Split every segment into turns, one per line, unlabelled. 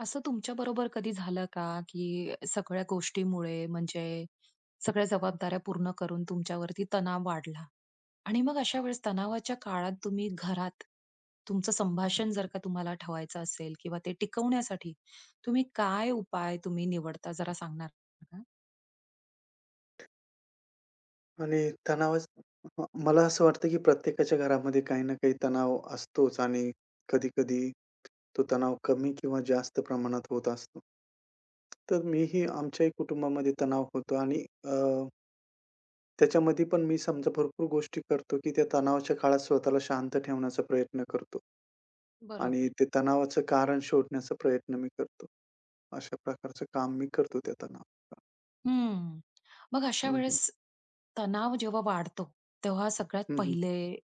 असं तुमच्या बरोबर कधी झालं का, की सगळ्या गोष्टीमुळे म्हणजे सगळ्या जबाबदाऱ्या पूर्ण करून तुमच्यावरती तणाव वाढला? आणि मग अशा वेळेस तणावाच्या काळात तुम्ही घरात तुमचं संभाषण जर का तुम्हाला ठेवायचं असेल किंवा ते टिकवण्यासाठी तुम्ही काय उपाय निवडता जरा सांगणार का?
आणि तणावाच म मला असं वाटतं, की प्रत्येकाच्या घरामध्ये काही ना काही तणाव असतोच आणि कधी-कधी तो तणाव कमी किंवा जास्त प्रमाणात होत असतो. तर मीही आमच्याही कुटुंबामध्ये तणाव होतो आणि त्याच्यामध्ये पण मी समजा भरपूर गोष्टी करतो, की त्या तणावाच्या काळात स्वतःला शांत ठेवण्याचा प्रयत्न करतो. आणि
बरोबर.
ते तणावाचं कारण शोधण्याचा प्रयत्न मी करतो. अशा प्रकारचं काम मी करतो त्या तणावाला.
हं. मग अशा
हं, हं.
वेळेस तणाव जेव्हा वाढतो, तेव्हा सगळ्यात पहिले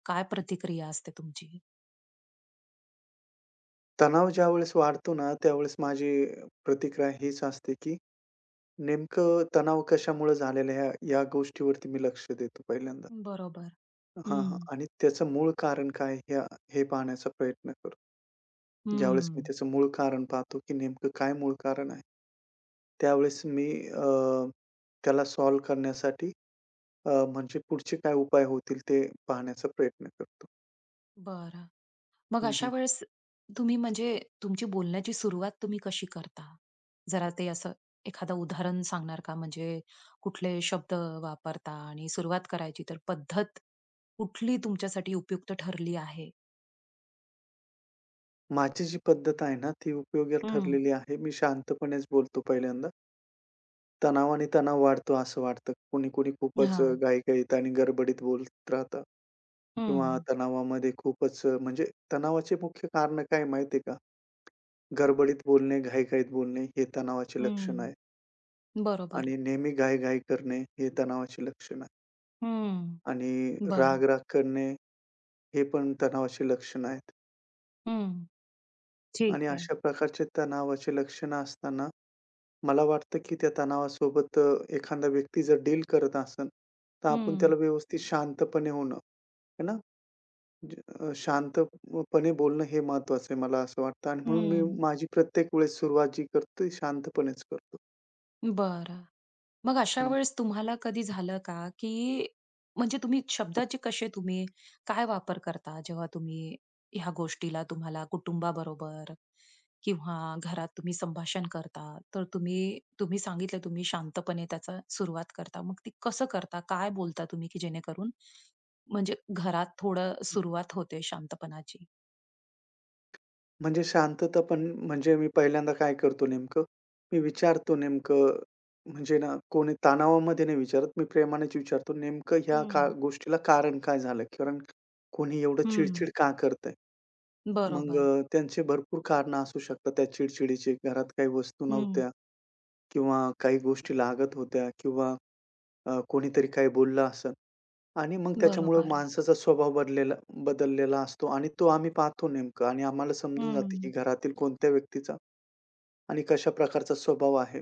काय प्रतिक्रिया असते तुमची?
तणाव ज्यावेळेस वाढतो ना, त्यावेळेस माझी प्रतिक्रिया हीच असते, की नेमकं तणाव कशामुळे झालेला आहे, या गोष्टीवरती मी लक्ष देतो पहिल्यांदा.
बरोबर.
हां,
हं,
हां. आणि त्याचं मूळ कारण काय आहे, हे पाहण्याचा प्रयत्न करतो. ज्यावेळेस मी
हं.
त्याचं मूळ कारण पाहतो, की नेमकं काय मूळ कारण आहे, त्यावेळेस मी त्याला सॉल्व्ह करण्यासाठी म्हणजे पुढचे काय उपाय होतील ते पाहण्याचा प्रयत्न करतो.
बरं. मग
हं,
अशा
हं.
वेळेस तुम्ही म्हणजे तुमची बोलण्याची सुरुवात तुम्ही कशी करता? जरा ते असं एखादं उदाहरण सांगणार का? म्हणजे कुठले शब्द वापरता आणि सुरुवात करायची तर पद्धत कुठली तुमच्यासाठी उपयुक्त ठरली आहे?
माझी जी पद्धत आहे ना, ती उपयोगी
हं.
ठरलेली आहे. मी शांतपणेच बोलतो पहिल्यांदा. तणाव आणि तणाव वाढतो असं वाटतं. कोणी-कोणी खूपच
हां.
घाईघाईत आणि गडबडीत बोलत राहतं किंवा
हं,
तणावामध्ये खूपच म्हणजे तणावाचे मुख्य कारणं काय माहिती का? गडबडीत बोलणे, घाईघाईत बोलणे हे तणावाचे लक्षण आहे
हं. बरोबर.
आणि नेहमी घाई करणे हे तणावाचे लक्षण आहे
हं.
आणि
बरं.
राग-राग करणे हे पण तणावाचे लक्षण आहेत
हं.
आणि
ठीक आहे.
अशा प्रकारचे तणावाचे लक्षणं असताना मला वाटतं, की त्या तणावासोबत एखादा व्यक्ती जर डील करत असेल, तर आपण त्याला
हं.
व्यवस्थित शांतपणे होणं, है ना? शांतपणे बोलणं हे महत्त्वाचं आहे, मला असं वाटतं आणि म्हणून मी
हं.
माझी प्रत्येक वेळेस सुरुवात जी करतो ती शांतपणेच करतो.
बरं. मग अशा
हं.
वेळेस तुम्हाला कधी झालं का, की म्हणजे तुम्ही शब्दाचे कसे काय वापर करता जेव्हा तुम्ही ह्या गोष्टीला तुम्हाला कुटुंबाबरोबर किंवा घरात तुम्ही संभाषण करता, तर तुम्ही तुम्ही सांगितलं तुम्ही शांतपणे त्याचा सुरुवात करता. मग ती कसं करता? काय बोलता तुम्ही, की जेणेकरून म्हणजे घरात थोडं सुरुवात होते शांतपणाची?
म्हणजे शांतता पण म्हणजे मी पहिल्यांदा काय करतो नेमकं, मी विचारतो नेमकं म्हणजे ना कोणी तणावामध्ये नाही विचारत, मी प्रेमानेच विचारतो, नेमकं ह्या का
हं.
गोष्टीला कारण काय झालं? कारण कोणी एवढं
हं.
चिड का करतंय? मग
बरोबर.
अ, त्यांचे भरपूर कारणं असू शकतात त्या चिडचिडीची. घरात काही वस्तू
हं.
नव्हत्या किंवा काही गोष्टी लागत होत्या किंवा कोणीतरी काही बोललं असेल आणि मग त्याच्यामुळं
बरोबर.
माणसाचा स्वभाव बदललेला असतो आणि तो आम्ही पाहतो नेमकं आणि आम्हाला समजून जातं, की
हं.
घरातील कोणत्या व्यक्तीचा आणि कशा प्रकारचा स्वभाव आहे.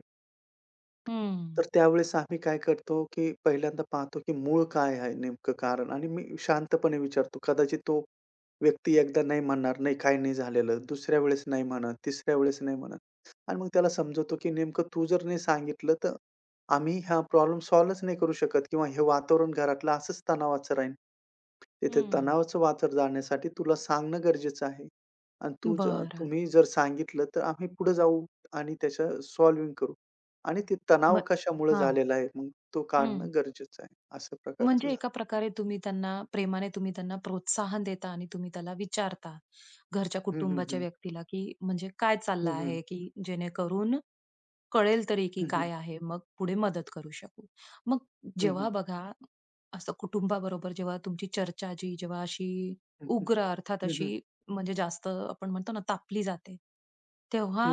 हं.
तर त्यावेळेस आम्ही काय करतो, की पहिल्यांदा पाहतो, की मूळ काय आहे नेमकं कारण आणि मी शांतपणे विचारतो. कदाचित तो व्यक्ती एकदा नाही म्हणणार, "नाही, काही नाही झालेलं." दुसऱ्या वेळेस नाही म्हणत, तिसऱ्या वेळेस नाही म्हणत आणि मग त्याला समजवतो, की नेमकं तू जर नाही सांगितलं, तर आम्ही हा प्रॉब्लेम सॉल्व्हच नाही करू शकत किंवा हे वातावरण घरातलं असंच तणावाचं राहील. तिथे
हं.
तणावाचं वाचर जाण्यासाठी तुला सांगणं गरजेचं आहे आणि तू जर
बरं.
तुम्ही जर सांगितलं, तर आम्ही पुढे जाऊ आणि त्याचं सॉल्व्हिंग करू. आणि ते तणाव
मग
कशामुळे
हां.
झालेला आहे, मग तो
हं.
काढणं गरजेचं आहे. अशा प्रकारचं
म्हणजे
झालं.
एका प्रकारे तुम्ही त्यांना प्रेमाने त्यांना प्रोत्साहन देता आणि तुम्ही त्याला विचारता, घरच्या
हं, हं,
कुटुंबाच्या
हं.
व्यक्तीला, की म्हणजे काय चाललं
हं, हं.
आहे, की जेणेकरून कळेल तरी, की
हं, हं.
काय आहे, मग पुढे मदत करू शकू. मग
हं, हं.
जेव्हा बघा, असं कुटुंबाबरोबर जेव्हा तुमची चर्चा जी जेव्हा अशी
हं,
उग्र अर्थात अशी म्हणजे जास्त आपण म्हणतो ना तापली जाते, तेव्हा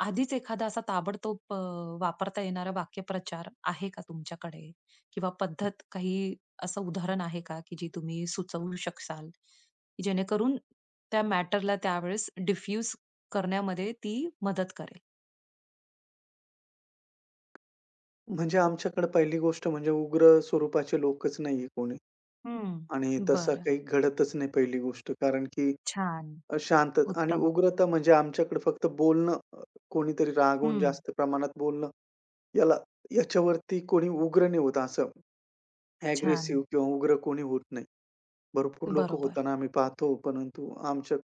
आधीच एखादा असा ताबडतोब वापरता येणारा वाक्यप्रचार आहे का तुमच्याकडे? किंवा पद्धत काही असं उदाहरण आहे का, की जी तुम्ही सुचवू शकाल? जेणेकरून त्या मॅटरला त्यावेळेस डिफ्यूज करण्यामध्ये ती मदत करेल.
म्हणजे आमच्याकडे पहिली गोष्ट म्हणजे उग्र स्वरूपाचे लोकच नाहीये कोणी
हं,
आणि तसं
बरं.
काही घडतच नाही पहिली गोष्ट. कारण की
छान.
शांतता आणि
उत्तम.
उग्रता म्हणजे आमच्याकडे फक्त बोलणं कोणीतरी रागावून
हं,
जास्त प्रमाणात बोलणं, याला याच्यावरती कोणी उग्र नाही होत असं.
छान.
अग्रेसिव्ह किंवा उग्र कोणी होत नाही. भरपूर लोकं
बरोबर.
होताना आम्ही पाहतो, परंतु आमच्या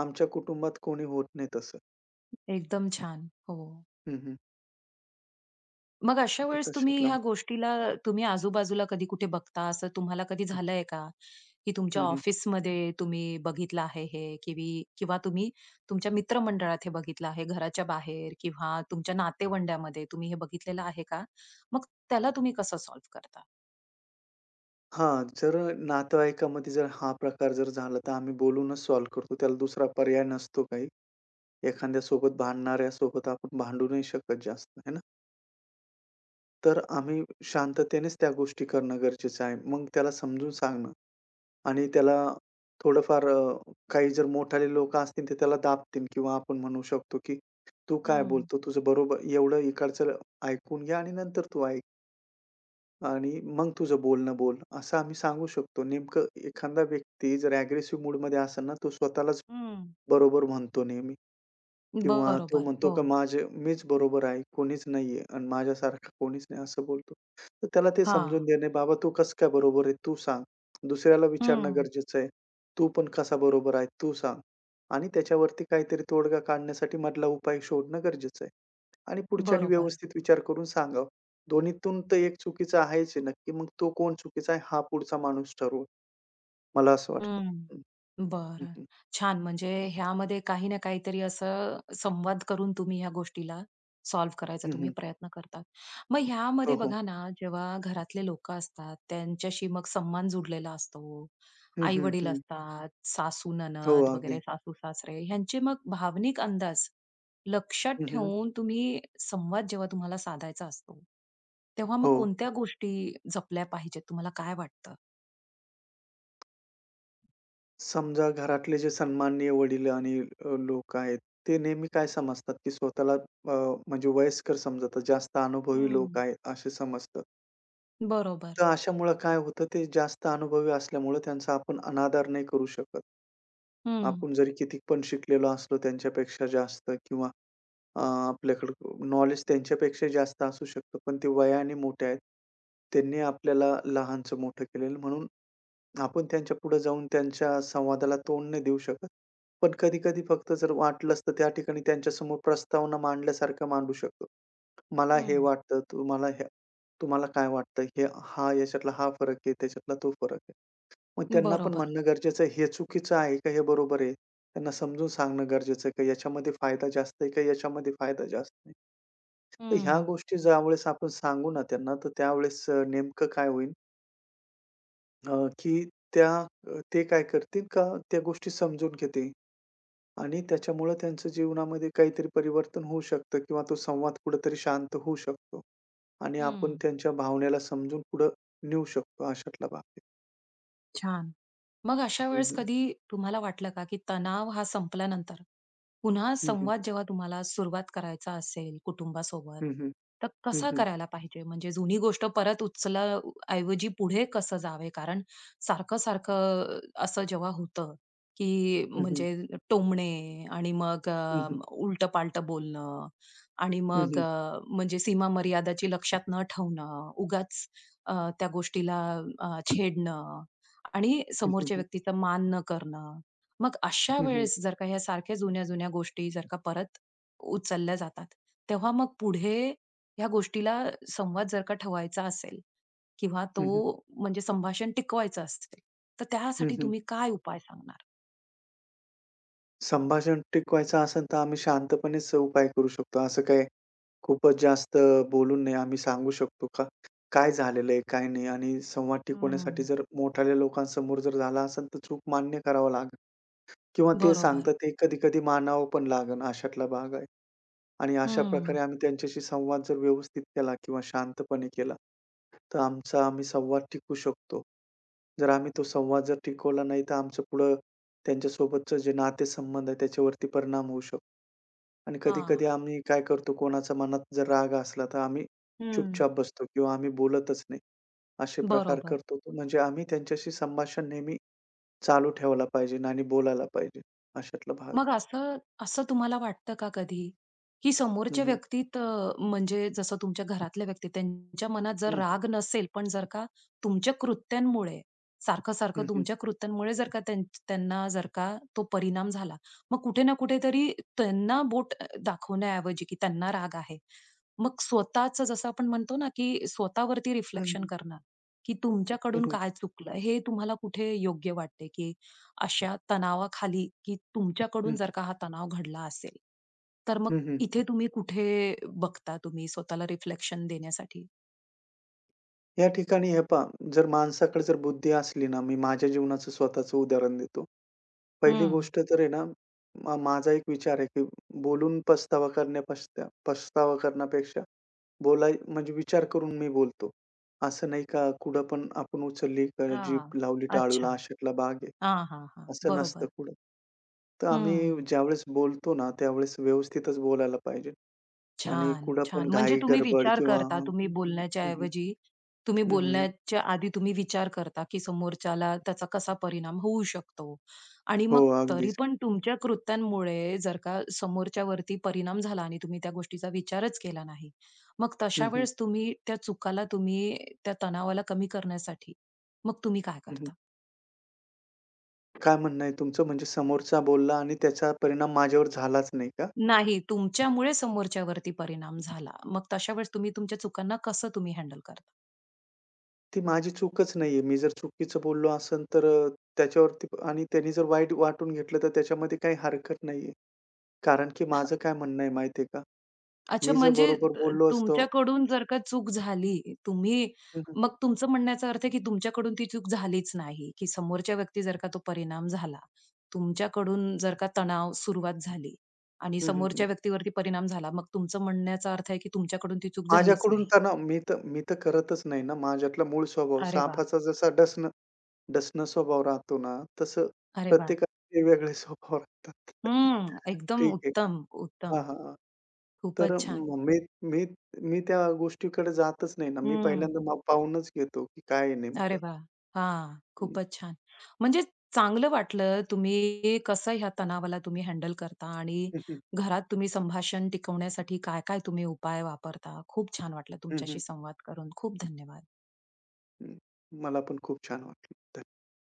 आमच्या कुटुंबात कोणी होत नाही तसं.
एकदम छान. हो.
हं, हं.
मग अशा
तर
वेळेस तुम्ही
तशातला
ह्या गोष्टीला तुम्ही आजूबाजूला कधी कुठे बघता, असं तुम्हाला कधी झालंय का? की तुमच्या
हं, हं.
ऑफिसमध्ये तुम्ही बघितलं आहे हे किवी किंवा तुम्ही तुमच्या मित्रमंडळात हे बघितलं आहे, घराच्या बाहेर किंवा तुमच्या नातेवंड्यामध्ये तुम्ही हे बघितलेलं आहे का? मग त्याला तुम्ही कसं सॉल्व्ह करता?
हां, जर नातेवाईकामध्ये जर हा प्रकार जर झाला, तर आम्ही बोलूनच सॉल्व्ह करतो. त्याला दुसरा पर्याय नसतो काही. एखाद्यासोबत भांडणाऱ्यासोबत आपण भांडू नाही शकत जास्त, आहे ना? तर आम्ही शांततेनेच त्या गोष्टी करणं गरजेचं आहे. मग त्याला समजून सांगणं आणि त्याला थोडंफार काही जर मोठाले लोकं असतील, ते त्याला दाबतील किंवा आपण म्हणू शकतो, की "तू काय
हं,
बोलतो? तुझं बरोबर एवढं इकडचं ऐकून घे आणि नंतर तू ऐक." आणि मग तुझं बोलणं बोल, असं आम्ही सांगू शकतो. नेमकं एखादा व्यक्ती जर अग्रेसिव्ह मूडमध्ये असेल ना, तो स्वतःलाच
हं.
बरोबर म्हणतो नेहमी. किंवा तो
बरोबर.
म्हणतो
हो.
का माझे मीच बरोबर आहे, कोणीच नाहीये आणि माझ्यासारखं कोणीच नाही असं बोलतो. तर त्याला ते समजून
हां.
देणे, "बाबा तू कसं काय बरोबर आहे? तू सांग." दुसऱ्याला विचारणं
हं.
गरजेचं आहे. "तू पण कसा बरोबर आहे? तू सांग." आणि त्याच्यावरती काहीतरी तोडगा काढण्यासाठी मधला उपाय शोधणं गरजेचं आहे. आणि पुढच्यानी
बरोबर.
व्यवस्थित विचार करून सांगावं. दोन्हीतून तर एक चुकीचा आहेच आहे नक्की. मग तो कोण चुकीचा आहे हा पुढचा माणूस ठरवो. मला असं वाटतं.
हं.
हं, हं,
बरं.
हं.
छान. म्हणजे ह्यामध्ये काही ना काहीतरी असं संवाद करून तुम्ही ह्या गोष्टीला सॉल्व्ह करायचा
हं,
तुम्ही
हं.
प्रयत्न करतात. मग
हो,
ह्यामध्ये
हो.
बघा ना, जेव्हा घरातले लोकं असतात, त्यांच्याशी मग सन्मान जुडलेला असतो.
हं, हं,
आई-वडील
हं.
असतात,
हो,
सासू-नणद वगैरे,
अगदी.
सासू-सासरे ह्यांचे मग भावनिक अंदाज लक्षात
हं, हं.
ठेवून तुम्ही संवाद जेव्हा तुम्हाला साधायचा असतो, तेव्हा
हो.
मग कोणत्या गोष्टी जपल्या पाहिजेत? तुम्हाला काय वाटतं?
समजा घरातले जे सन्माननीय वडील आणि लोक आहेत, ते नेहमी काय समजतात, की स्वतःला म्हणजे वयस्कर समजतात. जास्त अनुभवी
हं.
लोक आहेत असे समजतात.
बरोबर.
तर अशामुळं काय होतं, ते जास्त अनुभवी असल्यामुळं त्यांचा आपण अनादर नाही करू शकत.
हं,
आपण जरी किती पण शिकलेलो असलो त्यांच्यापेक्षा जास्त किंवा आपल्याकडं नॉलेज त्यांच्यापेक्षा जास्त असू शकतं. पण ते वयाने मोठे आहेत. त्यांनी आपल्याला लहानचं मोठं केलेलं म्हणून आपण त्यांच्या पुढे जाऊन त्यांच्या संवादाला तोंड नाही देऊ शकत. पण कधी-कधी फक्त जर वाटलंच तर त्या ठिकाणी त्यांच्यासमोर प्रस्तावना मांडल्यासारखं मांडू शकतो. मला हे
हं.
वाटतं, तुम्हाला काय वाटतं? हे हा याच्यातला हा फरक आहे, त्याच्यातला तो फरक आहे. मग त्यांना पण
बरोबर.
म्हणणं गरजेचं आहे. हे चुकीचं आहे का? हे बरोबर आहे. त्यांना समजून सांगणं गरजेचं आहे, का याच्यामध्ये फायदा जास्त आहे का याच्यामध्ये फायदा जास्त नाही. तर ह्या
हं,
गोष्टी ज्यावेळेस आपण सांगू ना त्यांना, तर त्यावेळेस नेमकं काय होईल अ, की त्या ते काय करतील का त्या गोष्टी समजून घेतील आणि त्याच्यामुळं त्यांच्या जीवनामध्ये काहीतरी परिवर्तन होऊ शकतं किंवा तो संवाद कुठेतरी शांत होऊ शकतो आणि आपण
हं.
त्यांच्या भावनेला समजून पुढं नेऊ शकतो अशातला भाग आहे.
छान. मग अशा
हं,
वेळेस
हं.
कधी तुम्हाला वाटलं का, की तणाव हा संपल्यानंतर, पुन्हा
हं, हं.
संवाद जेव्हा तुम्हाला सुरुवात करायचा असेल कुटुंबासोबत,
हं, हं.
तर
हं,
कसा
हं.
करायला पाहिजे? म्हणजे जुनी गोष्ट परत उचला ऐवजी पुढे कसं जावे? कारण सारखं-सारखं असं जेव्हा होतं, की
हं, हं.
म्हणजे टोमणे आणि मग
हं, हं.
उलटं बोलणं आणि
हं,
मग
हं.
अ, म्हणजे सीमा मर्यादाची लक्षात न ठेवणं, उगाच त्या गोष्टीला छेडणं. आणि समोरच्या व्यक्तीचा मान न करणं. मग अशा वेळेस जर का ह्या सारख्या जुन्या-जुन्या गोष्टी जर का परत उचलल्या जातात, तेव्हा मग पुढे ह्या गोष्टीला संवाद जर का ठेवायचा असेल किंवा तो म्हणजे संभाषण टिकवायचं असेल, तर त्यासाठी तुम्ही काय उपाय सांगणार?
संभाषण टिकवायचं असेल तर आम्ही शांतपणेच उपाय करू शकतो. असं काही खूपच जास्त बोलून नाही आम्ही सांगू शकतो का? काय झालेलं आहे, काय नाही आणि संवाद
हं.
टिकवण्यासाठी जर मोठाल्या लोकांसमोर जर झाला असेल, तर चूक मान्य करावं लागेल किंवा ते
बरोबर.
सांगतात ते कधी-कधी मानावं पण लागेल. अशातला भाग आहे. आणि अशा प्रकारे
हं.
आम्ही त्यांच्याशी संवाद जर व्यवस्थित केला किंवा शांतपणे केला, तर आम्ही संवाद टिकू शकतो. जर आम्ही तो संवाद जर टिकवला नाही, तर आमचं पुढं त्यांच्यासोबतचं जे नातेसंबंध आहे त्याच्यावरती परिणाम होऊ शकतो. आणि कधी-कधी
हां.
आम्ही काय करतो, कोणाचा मनात जर राग असला, तर आम्ही
हं.
चुपचाप बसतो किंवा आम्ही बोलतच नाही. असे प्रकार
बरोबर.
करतो. तर म्हणजे आम्ही त्यांच्याशी संभाषण नेहमी चालू ठेवायला पाहिजे आणि बोलायला पाहिजे. अशातला भाग आहे.
मग असं असं तुम्हाला वाटतं का कधी, की
हं,
समोरच्या
हं.
व्यक्तीत म्हणजे जसं तुमच्या घरातल्या व्यक्ती त्यांच्या मनात जर
हं, हं.
राग नसेल, पण जर का तुमच्या कृत्यांमुळे, सारखं-सारखं
हं, हं.
तुमच्या कृत्यांमुळे जर का त्यांना जर का तो परिणाम झाला, मग कुठे ना कुठेतरी त्यांना बोट दाखवण्याऐवजी, की त्यांना राग आहे. मग स्वतःचं जसं आपण म्हणतो ना, की स्वतःवरती रिफ्लेक्शन
हं,
करणं, की तुमच्याकडून काय चुकलं, हे तुम्हाला कुठे योग्य वाटते, की अशा तणावाखाली, की तुमच्याकडून जर का हा तणाव घडला असेल, तर
हं,
मग
हं.
इथे तुम्ही कुठे बघता तुम्ही स्वतःला रिफ्लेक्शन देण्यासाठी?
या ठिकाणी हे पहा, जर माणसाकडे जर बुद्धी असली ना, मी माझ्या जीवनाचं स्वतःचं उदाहरण देतो. पहिली
हं.
गोष्ट तर आहे ना, माझा एक विचार आहे, की बोलून पस्तावा करण्यापेक्षा पस्तावा करण्यापेक्षा बोलाय म्हणजे विचार करून मी बोलतो. असं नाही का कुठं पण आपण उचलली
हां.
जीभ लावली टाळूला
अच्छा.
आशेतला भाग आहे.
हां, हां, हां.
असं नसतं
बरोबर.
कुठं. तर आम्ही
हं.
ज्यावेळेस बोलतो ना, त्यावेळेस व्यवस्थितच बोलायला पाहिजे आणि
छान,
कुठं
छान.
पण
म्हणजे
घाई
तुम्ही
गडबड
विचार
किंवा
करता,
हं,
तुम्ही
हं,
बोलण्याच्या
हं.
ऐवजी तुम्ही
हं, हं.
बोलण्याच्या आधी तुम्ही विचार करता, की समोरच्याला त्याचा कसा परिणाम होऊ शकतो. आणि
हो,
मग तरी
अगदीच.
पण तुमच्या कृत्यांमुळे जर का समोरच्यावरती परिणाम झाला आणि तुम्ही त्या गोष्टीचा विचारच केला नाही, मग
हं,
तशा
हं.
वेळेस तुम्ही त्या चुकाला तुम्ही त्या तणावाला कमी करण्यासाठी मग तुम्ही काय
हं, हं.
करता?
काय म्हणणं आहे तुमचं? म्हणजे समोरचा बोलला आणि त्याचा परिणाम माझ्यावर झालाच नाही का?
नाही, तुमच्यामुळे समोरच्यावरती परिणाम झाला. मग तशा वेळेस तुम्ही तुमच्या चुकांना कसं तुम्ही हँडल करता?
ती माझी चूकच नाहीये. मी जर चुकीचं बोललो असेल तर आणि त्याने जर वाईट वाटून घेतलं तर त्याच्यामध्ये काही हरकत नाहीये. कारण की माझं काय म्हणणं आहे माहिती का?
अच्छा,
मी जर
म्हणजे
बरोबर बोललो असतो
तुमच्याकडून जर का चूक झाली, तुम्ही
हं, हं.
मग तुमचं म्हणण्याचा अर्थ आहे, की तुमच्याकडून ती चूक झालीच नाही, की समोरच्या व्यक्ती जर का तो परिणाम झाला. तुमच्याकडून जर का तणाव सुरुवात झाली आणि
हं, हं, हं.
समोरच्या व्यक्तीवरती परिणाम झाला, मग तुमचं म्हणण्याचा अर्थ आहे, की तुमच्याकडून ती चूक झालीच
माझ्याकडून
नाही.
तणाव मी तर करतच नाही ना. माझ्यातला मूळ स्वभाव
अरे वाह!
सापाचा जसा डसणं डसणं स्वभाव राहतो ना, तसं
अरे वाह!
प्रत्येकाचे वेगळे स्वभाव राहतात.
हं, एकदम
ठीक आहे.
उत्तम,
हां,
उत्तम.
हां, हां. तर
खूपच छान.
मग मी मी मी त्या गोष्टीकडे जातच नाही ना. मी पहिल्यांदा
हं.
मग पाहूनच घेतो, की काय आहे
अरे
नेमकं.
वाह! हां,
हं.
खूपच छान. म्हणजे चांगलं वाटलं तुम्ही कसं ह्या तणावाला तुम्ही हँडल करता आणि
हं, हं.
घरात तुम्ही संभाषण टिकवण्यासाठी काय-काय तुम्ही उपाय वापरता. खूप छान वाटलं
हं,
तुमच्याशी
हं.
संवाद करून. खूप धन्यवाद.
हं. मला पण खूप छान वाटलं. धन्यवाद.